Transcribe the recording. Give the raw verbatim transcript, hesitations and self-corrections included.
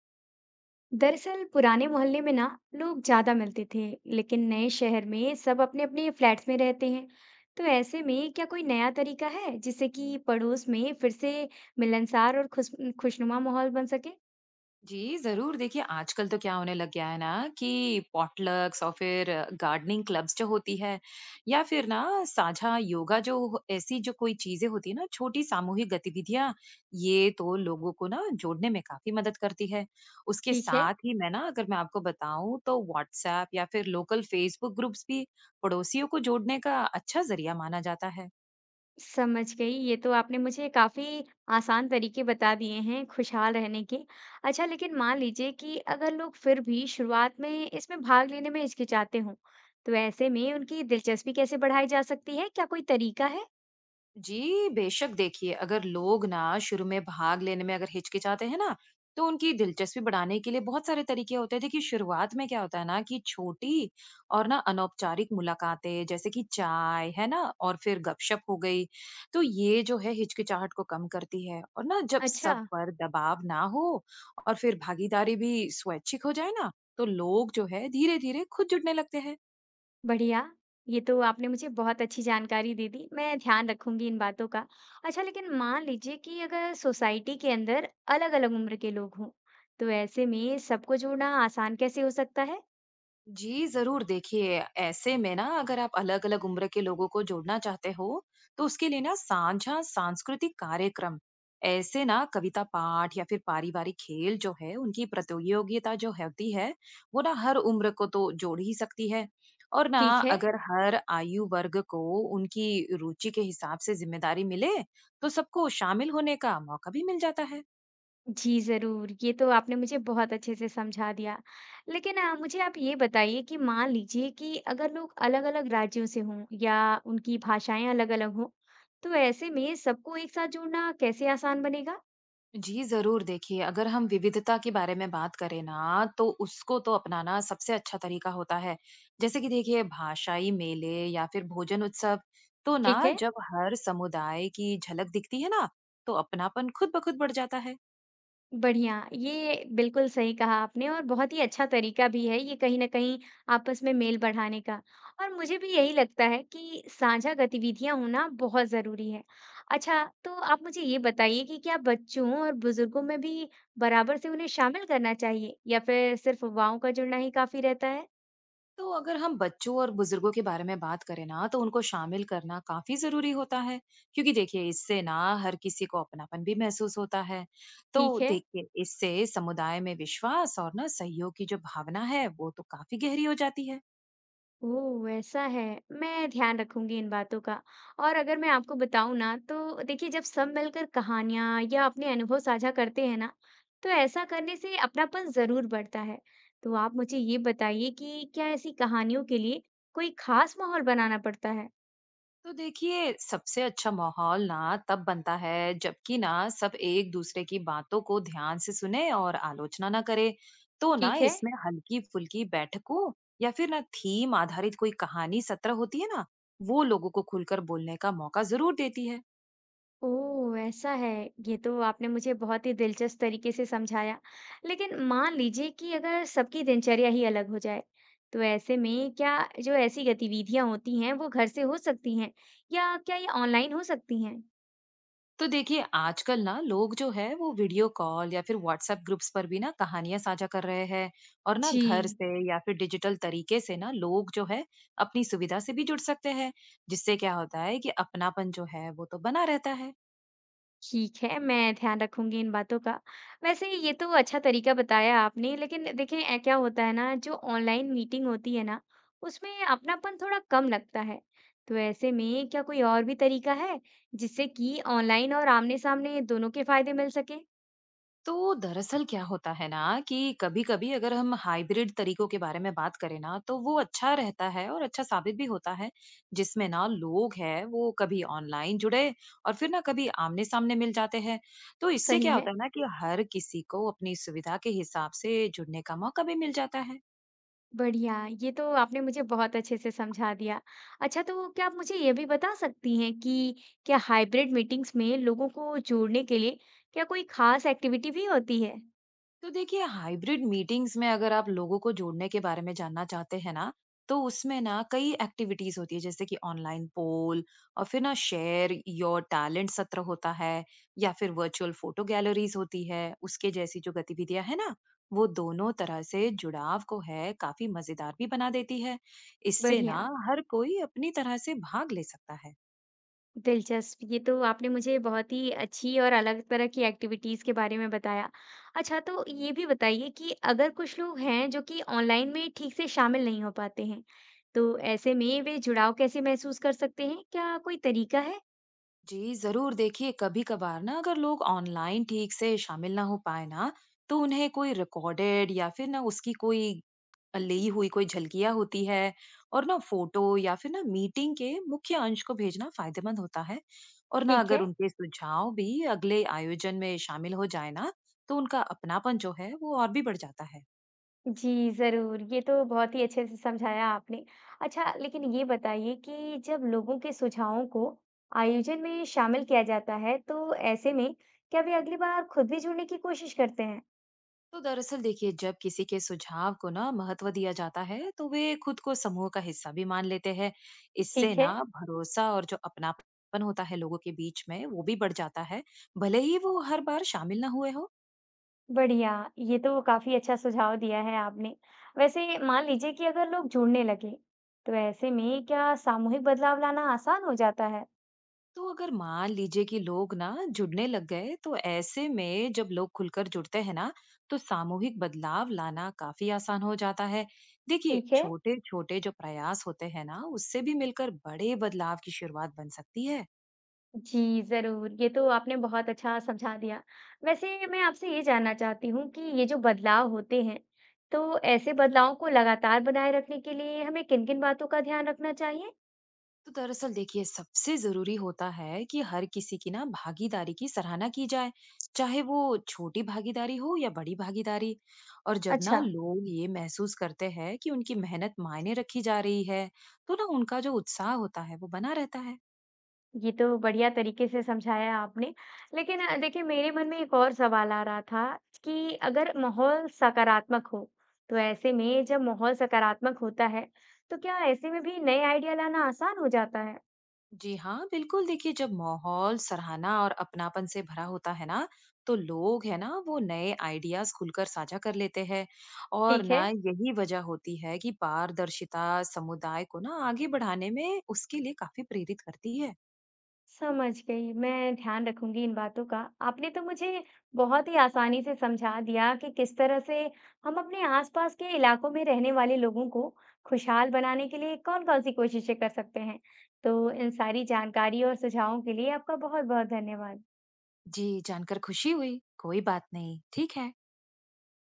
दरअसल पुराने मोहल्ले में ना लोग ज्यादा मिलते थे। लेकिन नए शहर में सब अपने अपने फ्लैट्स में रहते हैं। तो ऐसे में क्या कोई नया तरीका है जिससे कि पड़ोस में फिर से मिलनसार और खुश खुशनुमा माहौल बन सके। जी, ज़रूर। देखिए, आजकल तो क्या होने लग गया है ना कि पॉटलक्स और फिर गार्डनिंग क्लब्स जो होती है या फिर ना साझा योगा जो हो ऐसी जो कोई चीज़ें होती है ना, छोटी सामूहिक गतिविधियाँ, ये तो लोगों को ना जोड़ने में काफ़ी मदद करती है। उसके ठीक है। साथ ही मैं ना अगर मैं आपको बताऊँ तो व्हाट्सऐप या फिर लोकल फ़ेसबुक ग्रुप्स भी पड़ोसियों को जोड़ने का अच्छा ज़रिया माना जाता है। समझ गई, ये तो आपने मुझे काफी आसान तरीके बता दिए हैं खुशहाल रहने के। अच्छा, लेकिन मान लीजिए कि अगर लोग फिर भी शुरुआत में इसमें भाग लेने में हिचकिचाते हों, तो ऐसे में उनकी दिलचस्पी कैसे बढ़ाई जा सकती है? क्या कोई तरीका है? जी, बेशक देखिए, अगर लोग ना शुरू में भाग लेने में अगर हिचकिचाते हैं ना, तो उनकी दिलचस्पी बढ़ाने के लिए बहुत सारे तरीके होते हैं। देखिए, शुरुआत में क्या होता है ना कि छोटी और ना अनौपचारिक मुलाकातें जैसे कि चाय, है ना? और फिर गपशप हो गई, तो ये जो है हिचकिचाहट को कम करती है और ना जब अच्छा। सब पर दबाव ना हो और फिर भागीदारी भी स्वैच्छिक हो जाए ना, तो लोग जो है धीरे-धीरे खुद जुड़ने लगते हैं। बढ़िया, ये तो आपने मुझे बहुत अच्छी जानकारी दे दी। मैं ध्यान रखूंगी इन बातों का। अच्छा, लेकिन मान लीजिए कि अगर सोसाइटी के अंदर अलग-अलग उम्र के लोग हों, तो ऐसे में सबको जोड़ना आसान कैसे हो सकता है? जी, ज़रूर देखिए, ऐसे में ना अगर आप अलग-अलग उम्र के लोगों को जोड़ना चाहते हो, तो उसके लिए ना साझा सांस्कृतिक कार्यक्रम, ऐसे ना कविता पाठ या फिर पारिवारिक खेल जो है, उनकी प्रतियोगिता जो होती है, वो ना हर उम्र को तो जोड़ ही सकती है। और ना ठीक है। अगर हर आयु वर्ग को उनकी रुचि के हिसाब से ज़िम्मेदारी मिले, तो सबको शामिल होने का मौका भी मिल जाता है। जी ज़रूर। ये तो आपने मुझे बहुत अच्छे से समझा दिया। लेकिन अ, मुझे आप ये बताइए कि मान लीजिए कि अगर लोग अलग-अलग राज्यों से हों या उनकी भाषाएं अलग-अलग हों, तो ऐसे में सबको एक साथ जोड़ना कैसे आसान बनेगा? जी, ज़रूर देखिए, अगर हम विविधता के बारे में बात करें ना, तो उसको तो अपनाना सबसे अच्छा तरीका होता है। जैसे कि देखिए भाषाई मेले या फिर भोजन उत्सव, तो ठीक ना है। जब हर समुदाय की झलक दिखती है ना, तो अपनापन खुद ब खुद बढ़ जाता है। बढ़िया, ये बिल्कुल सही कहा आपने और बहुत ही अच्छा तरीका भी है ये कहीं न कहीं आपस में मेल बढ़ाने का। और मुझे भी यही लगता है कि साझा गतिविधियाँ होना बहुत ज़रूरी है। अच्छा, तो आप मुझे ये बताइए कि क्या बच्चों और बुज़ुर्गों में भी बराबर से उन्हें शामिल करना चाहिए या फिर सिर्फ़ युवाओं का जुड़ना ही काफ़ी रहता है? तो अगर हम बच्चों और बुजुर्गों के बारे में बात करें ना तो उनको शामिल करना काफी जरूरी होता है, क्योंकि देखिए इससे ना हर किसी को अपनापन भी महसूस होता है। तो ठीक है। देखिए इससे समुदाय में विश्वास और ना सहयोग की जो भावना है वो तो काफी गहरी हो जाती है। ओह! ऐसा है। मैं ध्यान रखूँगी इन बातों का। और अगर मैं आपको बताऊँ ना तो देखिए जब सब मिलकर कहानियाँ या अपने अनुभव साझा करते हैं ना, तो ऐसा करने से अपनापन ज़रूर बढ़ता है। तो आप मुझे ये बताइए कि क्या ऐसी कहानियों के लिए कोई खास माहौल बनाना पड़ता है? तो देखिए सबसे अच्छा माहौल ना तब बनता है जबकि ना सब एक दूसरे की बातों को ध्यान से सुने और आलोचना ना करे। तो ना ठीक है। इसमें हल्की फुल्की बैठकों या फिर ना थीम आधारित कोई कहानी सत्र होती है ना, वो लोगों को खुलकर बोलने का मौका जरूर देती है। ओह! ऐसा है। ये तो आपने मुझे बहुत ही दिलचस्प तरीके से समझाया। लेकिन मान लीजिए कि अगर सबकी दिनचर्या ही अलग हो जाए, तो ऐसे में क्या जो ऐसी गतिविधियाँ होती हैं, वो घर से हो सकती हैं या क्या ये ऑनलाइन हो सकती हैं? तो देखिए आजकल ना लोग जो है वो वीडियो कॉल या फिर व्हाट्सएप ग्रुप्स पर भी ना कहानियां साझा कर रहे हैं और ना जी। घर से या फिर डिजिटल तरीके से ना लोग जो है अपनी सुविधा से भी जुड़ सकते हैं, जिससे क्या होता है कि अपनापन जो है वो तो बना रहता है। ठीक है, मैं ध्यान रखूँगी इन बातों का। वैसे ये तो अच्छा तरीका बताया आपने, लेकिन देखिए अ, क्या होता है ना जो ऑनलाइन मीटिंग होती है ना, उसमें अपनापन थोड़ा कम लगता है। तो ऐसे में क्या कोई और भी तरीका है, जिससे कि ऑनलाइन और आमने-सामने दोनों के फ़ायदे मिल सकें? तो दरअसल क्या होता है ना कि कभी कभी अगर हम हाइब्रिड तरीकों के बारे में बात करें ना तो वो अच्छा रहता है और अच्छा साबित भी होता है, जिसमें ना लोग हैं वो कभी ऑनलाइन जुड़े और फिर ना कभी आमने सामने मिल जाते हैं। तो इससे सही क्या है। होता है ना कि हर किसी को अपनी सुविधा के हिसाब से जुड़ने का मौका भी मिल जाता है। बढ़िया, ये तो आपने मुझे बहुत अच्छे से समझा दिया। अच्छा तो क्या आप मुझे ये भी बता सकती हैं कि क्या हाइब्रिड मीटिंग्स में लोगों को जोड़ने के लिए क्या कोई ख़ास एक्टिविटी भी होती है? तो देखिए हाइब्रिड मीटिंग्स में अगर आप लोगों को जोड़ने के बारे में जानना चाहते हैं ना, तो उसमें ना कई एक्टिविटीज होती है, जैसे कि ऑनलाइन पोल और फिर ना शेयर योर टैलेंट सत्र होता है या फिर वर्चुअल फोटो गैलरीज होती है। उसके जैसी जो गतिविधियां है ना, वो दोनों तरह से जुड़ाव को है काफी मजेदार भी बना देती है। इससे ना बढ़िया। हर कोई अपनी तरह से भाग ले सकता है। दिलचस्प, ये तो आपने मुझे बहुत ही अच्छी और अलग तरह की एक्टिविटीज़ के बारे में बताया। अच्छा तो ये भी बताइए कि अगर कुछ लोग हैं जो कि ऑनलाइन में ठीक से शामिल नहीं हो पाते हैं, तो ऐसे में वे जुड़ाव कैसे महसूस कर सकते हैं? क्या कोई तरीका है? जी जरूर देखिए, कभी कभार ना अगर लोग ऑनलाइन ठीक से शामिल ना हो पाए ना, तो उन्हें कोई रिकॉर्डेड या फिर ना उसकी कोई ली हुई कोई झलकियां होती है, और ना फोटो या फिर ना मीटिंग के मुख्य अंश को भेजना फायदेमंद होता है। और ना ठीक अगर है। उनके सुझाव भी अगले आयोजन में शामिल हो जाए ना, तो उनका अपनापन जो है वो और भी बढ़ जाता है। जी, ज़रूर। ये तो बहुत ही अच्छे से समझाया आपने। अच्छा लेकिन ये बताइए कि जब लोगों के सुझावों को आयोजन में शामिल किया जाता है, तो ऐसे में क्या वे अगली बार खुद भी जुड़ने की कोशिश करते हैं? तो दरअसल देखिए जब किसी के सुझाव को ना महत्व दिया जाता है, तो वे खुद को समूह का हिस्सा भी मान लेते हैं। इससे ठीक है। ना भरोसा और जो अपनापन होता है लोगों के बीच में वो भी बढ़ जाता है, भले ही वो हर बार शामिल ना हुए हो। बढ़िया, ये तो काफ़ी अच्छा सुझाव दिया है आपने। वैसे मान लीजिए कि अगर लोग जुड़ने लगें, तो ऐसे में क्या सामूहिक बदलाव लाना आसान हो जाता है? तो अगर मान लीजिए कि लोग ना जुड़ने लग गए, तो ऐसे में जब लोग खुलकर जुड़ते हैं ना, तो सामूहिक बदलाव लाना काफी आसान हो जाता है। देखिए ठीक है। छोटे छोटे जो प्रयास होते हैं ना, उससे भी मिलकर बड़े बदलाव की शुरुआत बन सकती है। जी, ज़रूर। ये तो आपने बहुत अच्छा समझा दिया। वैसे मैं आपसे ये जानना चाहती हूँ कि ये जो बदलाव होते हैं, तो ऐसे बदलावों को लगातार बनाए रखने के लिए हमें किन-किन बातों का ध्यान रखना चाहिए? तो दरअसल देखिए सबसे जरूरी होता है कि हर किसी की ना भागीदारी की सराहना की जाए, चाहे वो छोटी भागीदारी हो या बड़ी भागीदारी। और जब ना अच्छा। लोग ये महसूस करते हैं कि उनकी मेहनत मायने रखी जा रही है, तो ना उनका जो उत्साह होता है वो बना रहता है। ये तो बढ़िया तरीके से समझाया आपने। लेकिन अ, देखिए मेरे मन में एक और सवाल आ रहा था कि अगर माहौल सकारात्मक हो, तो ऐसे में जब माहौल सकारात्मक होता है, तो क्या ऐसे में भी नए आइडिया लाना आसान हो जाता है? जी हाँ बिल्कुल देखिए, जब माहौल सराहना और अपनापन से भरा होता है ना, तो लोग है ना वो नए आइडियाज खुलकर साझा कर लेते हैं। और ठीक है। ना यही वजह होती है कि पारदर्शिता समुदाय को ना आगे बढ़ाने में उसके लिए काफी प्रेरित करती है। समझ गई। मैं ध्यान रखूंगी इन बातों का। आपने तो मुझे बहुत ही आसानी से समझा दिया कि किस तरह से हम अपने आसपास के इलाकों में रहने वाले लोगों को खुशहाल बनाने के लिए कौन-कौन सी कोशिशें कर सकते हैं। तो इन सारी जानकारी और सुझावों के लिए आपका बहुत-बहुत धन्यवाद। जी, जानकर खुशी हुई। कोई बात नहीं। ठीक है।